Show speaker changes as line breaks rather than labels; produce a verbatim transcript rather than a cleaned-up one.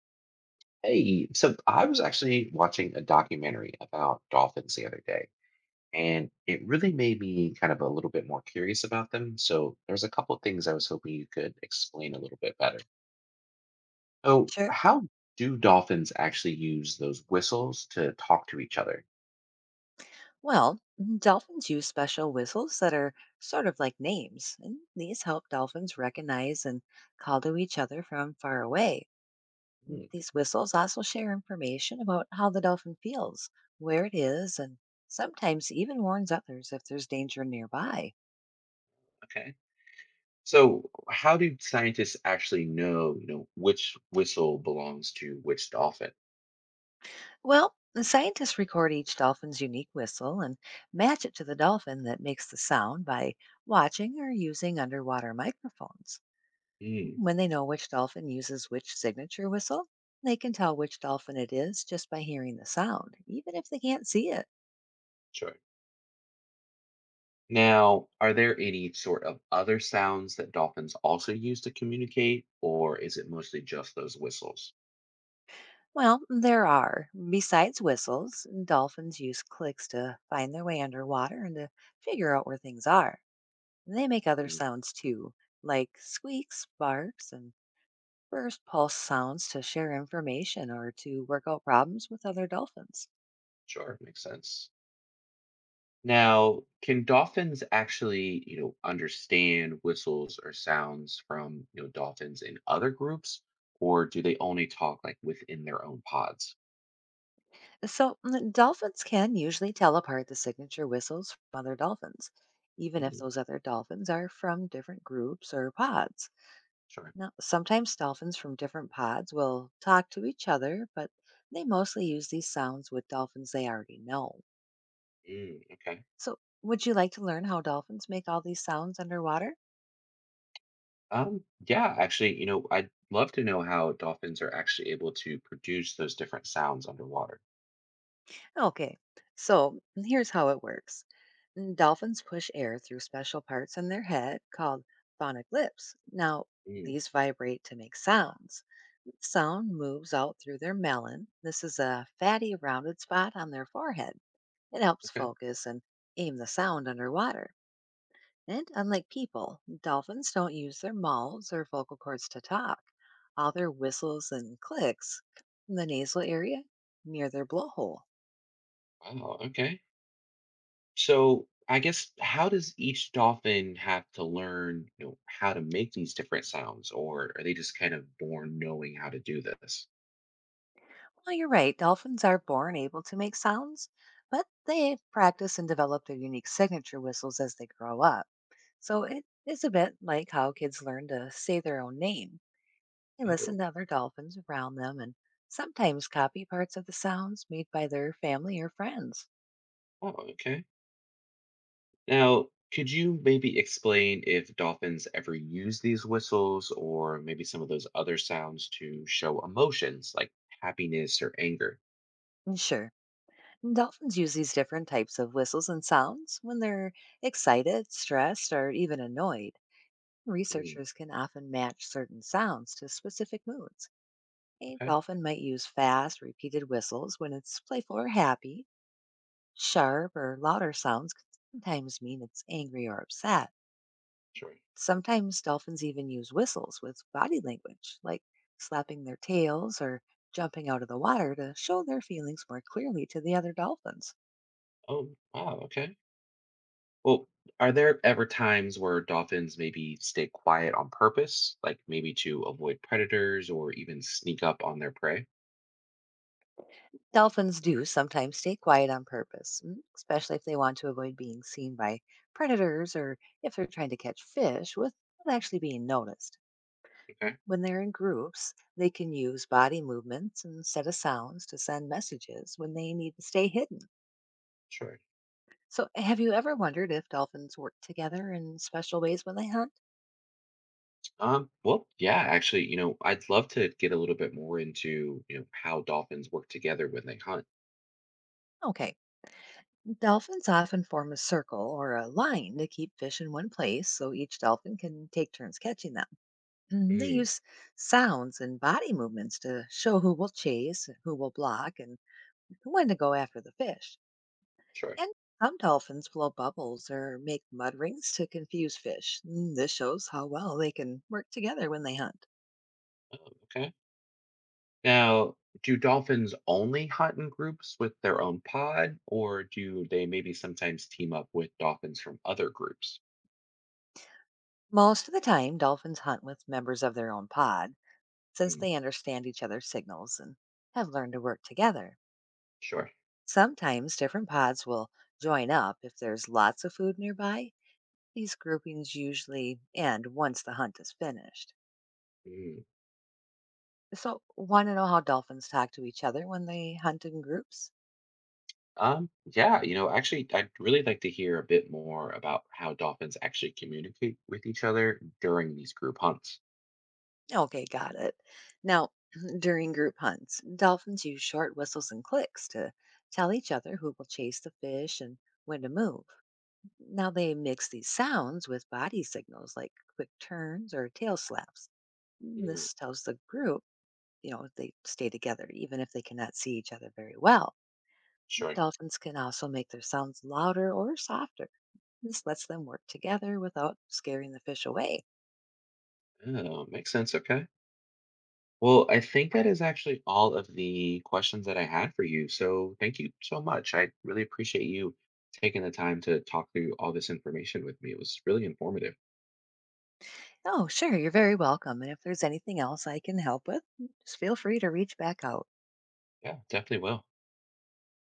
Hey, so I was actually watching a documentary about dolphins the other day, and it
Mhm.
really made me kind of a little bit more curious about them. So there's a couple of things I was hoping you could explain a little bit better. So
Sure.
how do dolphins actually use those whistles to talk to each other?
Well, mm, dolphins use special whistles that are sort of like names, and these help dolphins recognize and call to each other from far away. Mm,
Hmm,
These whistles also share information about how the dolphin feels, where it is, and sometimes even warns others if there's danger nearby.
okay. So how do scientists actually know, you know, which whistle belongs to which dolphin?
Well, the scientists record each dolphin's unique whistle and match it to the dolphin that makes the sound by watching or using underwater microphones.
Hmm,
When they know which dolphin uses which signature whistle, they can tell which dolphin it is just by hearing the sound, even if they can't see it.
sure. Now, are there any sort of other sounds that dolphins also use to communicate, or is it mostly just those whistles?
Well, there are, besides whistles, dolphins use clicks to find their way underwater and to figure out where things are. They make other
Mm,
sounds too, like squeaks, barks, and burst pulse sounds to share information or to work out problems with other dolphins.
sure, makes sense. Now, can dolphins actually, you know, understand whistles or sounds from, you know, dolphins in other groups, or do they only talk like within their own pods?
So mm, dolphins can usually tell apart the signature whistles from other dolphins, even if
Mm,
those other dolphins are from different groups or pods.
sure.
Now, sometimes dolphins from different pods will talk to each other, but they mostly use these sounds with dolphins they already know.
Mm, okay.
So, would you like to learn how dolphins make all these sounds underwater?
Um, yeah, actually, you know, I'd love to know how dolphins are actually able to produce those different sounds underwater.
Okay, so here's how it works. Mm, Dolphins push air through special parts in their head called phonic lips. Now,
Mm,
these vibrate to make sounds. Sound moves out through their melon. This is a fatty, rounded spot on their forehead. It helps
okay.
focus and aim the sound underwater. And unlike people, dolphins don't use their mouths or vocal cords to talk. All their whistles and clicks come from the nasal area near their blowhole.
Wow, okay. So I guess how does each dolphin have to learn, you know, how to make these different sounds, or are they just kind of born knowing how to do this?
Well, you're right. Dolphins are born able to make sounds, but they practice and develop their unique signature whistles as they grow up. So it is a bit like how kids learn to say their own name. They
Oh,
listen to other dolphins around them and sometimes copy parts of the sounds made by their family or friends.
oh, okay. Now, could you maybe explain if dolphins ever use these whistles or maybe some of those other sounds to show emotions like happiness or anger?
And Sure. and Dolphins use these different types of whistles and sounds when they're excited, stressed, or even annoyed.
Mm,
Researchers can often match certain sounds to specific moods. A
okay,
dolphin might use fast, repeated whistles when it's playful or happy. Sharp or louder sounds can sometimes mean it's angry or upset.
sure.
Sometimes dolphins even use whistles with body language, like slapping their tails or jumping out of the water to show their feelings more clearly to the other dolphins.
Oh, wow, okay. Well, are there ever times where dolphins maybe stay quiet on purpose, like maybe to avoid predators or even sneak up on their prey?
Dolphins do sometimes stay quiet on purpose, mm, especially if they want to avoid being seen by predators or if they're trying to catch fish without actually being noticed.
Okay,
When they're in groups, they can use body movements and set of sounds to send messages when they need to stay hidden.
sure.
So, have you ever wondered if dolphins work together in special ways when they hunt?
Um, well, yeah, actually, you know, I'd love to get a little bit more into, you know, how dolphins work together when they hunt.
Okay. Dolphins often form a circle or a line to keep fish in one place so each dolphin can take turns catching them. Mm, They
Mm,
use sounds and body movements to show who will chase, who will block, and when to go after the fish.
sure.
And some dolphins blow bubbles or make mud rings to confuse fish. Mm, This shows how well they can work together when they hunt.
Okay. Now, do dolphins only hunt in groups with their own pod, or do they maybe sometimes team up with dolphins from other groups?
Most of the time, dolphins hunt with members of their own pod since
Mm,
they understand each other's signals and have learned to work together.
sure.
Sometimes different pods will join up if there's lots of food nearby. These groupings usually end once the hunt is finished. So, want to know how dolphins talk to each other when they hunt in groups?
Um, yeah, you know, actually, I'd really like to hear a bit more about how dolphins actually communicate with each other during these group hunts.
Okay, got it. Now, during group hunts, dolphins use short whistles and clicks to tell each other who will chase the fish and when to move. Now, they mix these sounds with body signals like quick turns or tail slaps. Mm,
Mm,
This tells the group, you know, they stay together, even if they cannot see each other very well.
sure.
Dolphins can also make their sounds louder or softer. This lets them work together without scaring the fish away.
Oh, makes sense. Okay. Well, I think that is actually all of the questions that I had for you. So thank you so much. I really appreciate you taking the time to talk through all this information with me. It was really informative.
Oh, sure. You're very welcome. And if there's anything else I can help with, just feel free to reach back out.
Yeah, definitely will.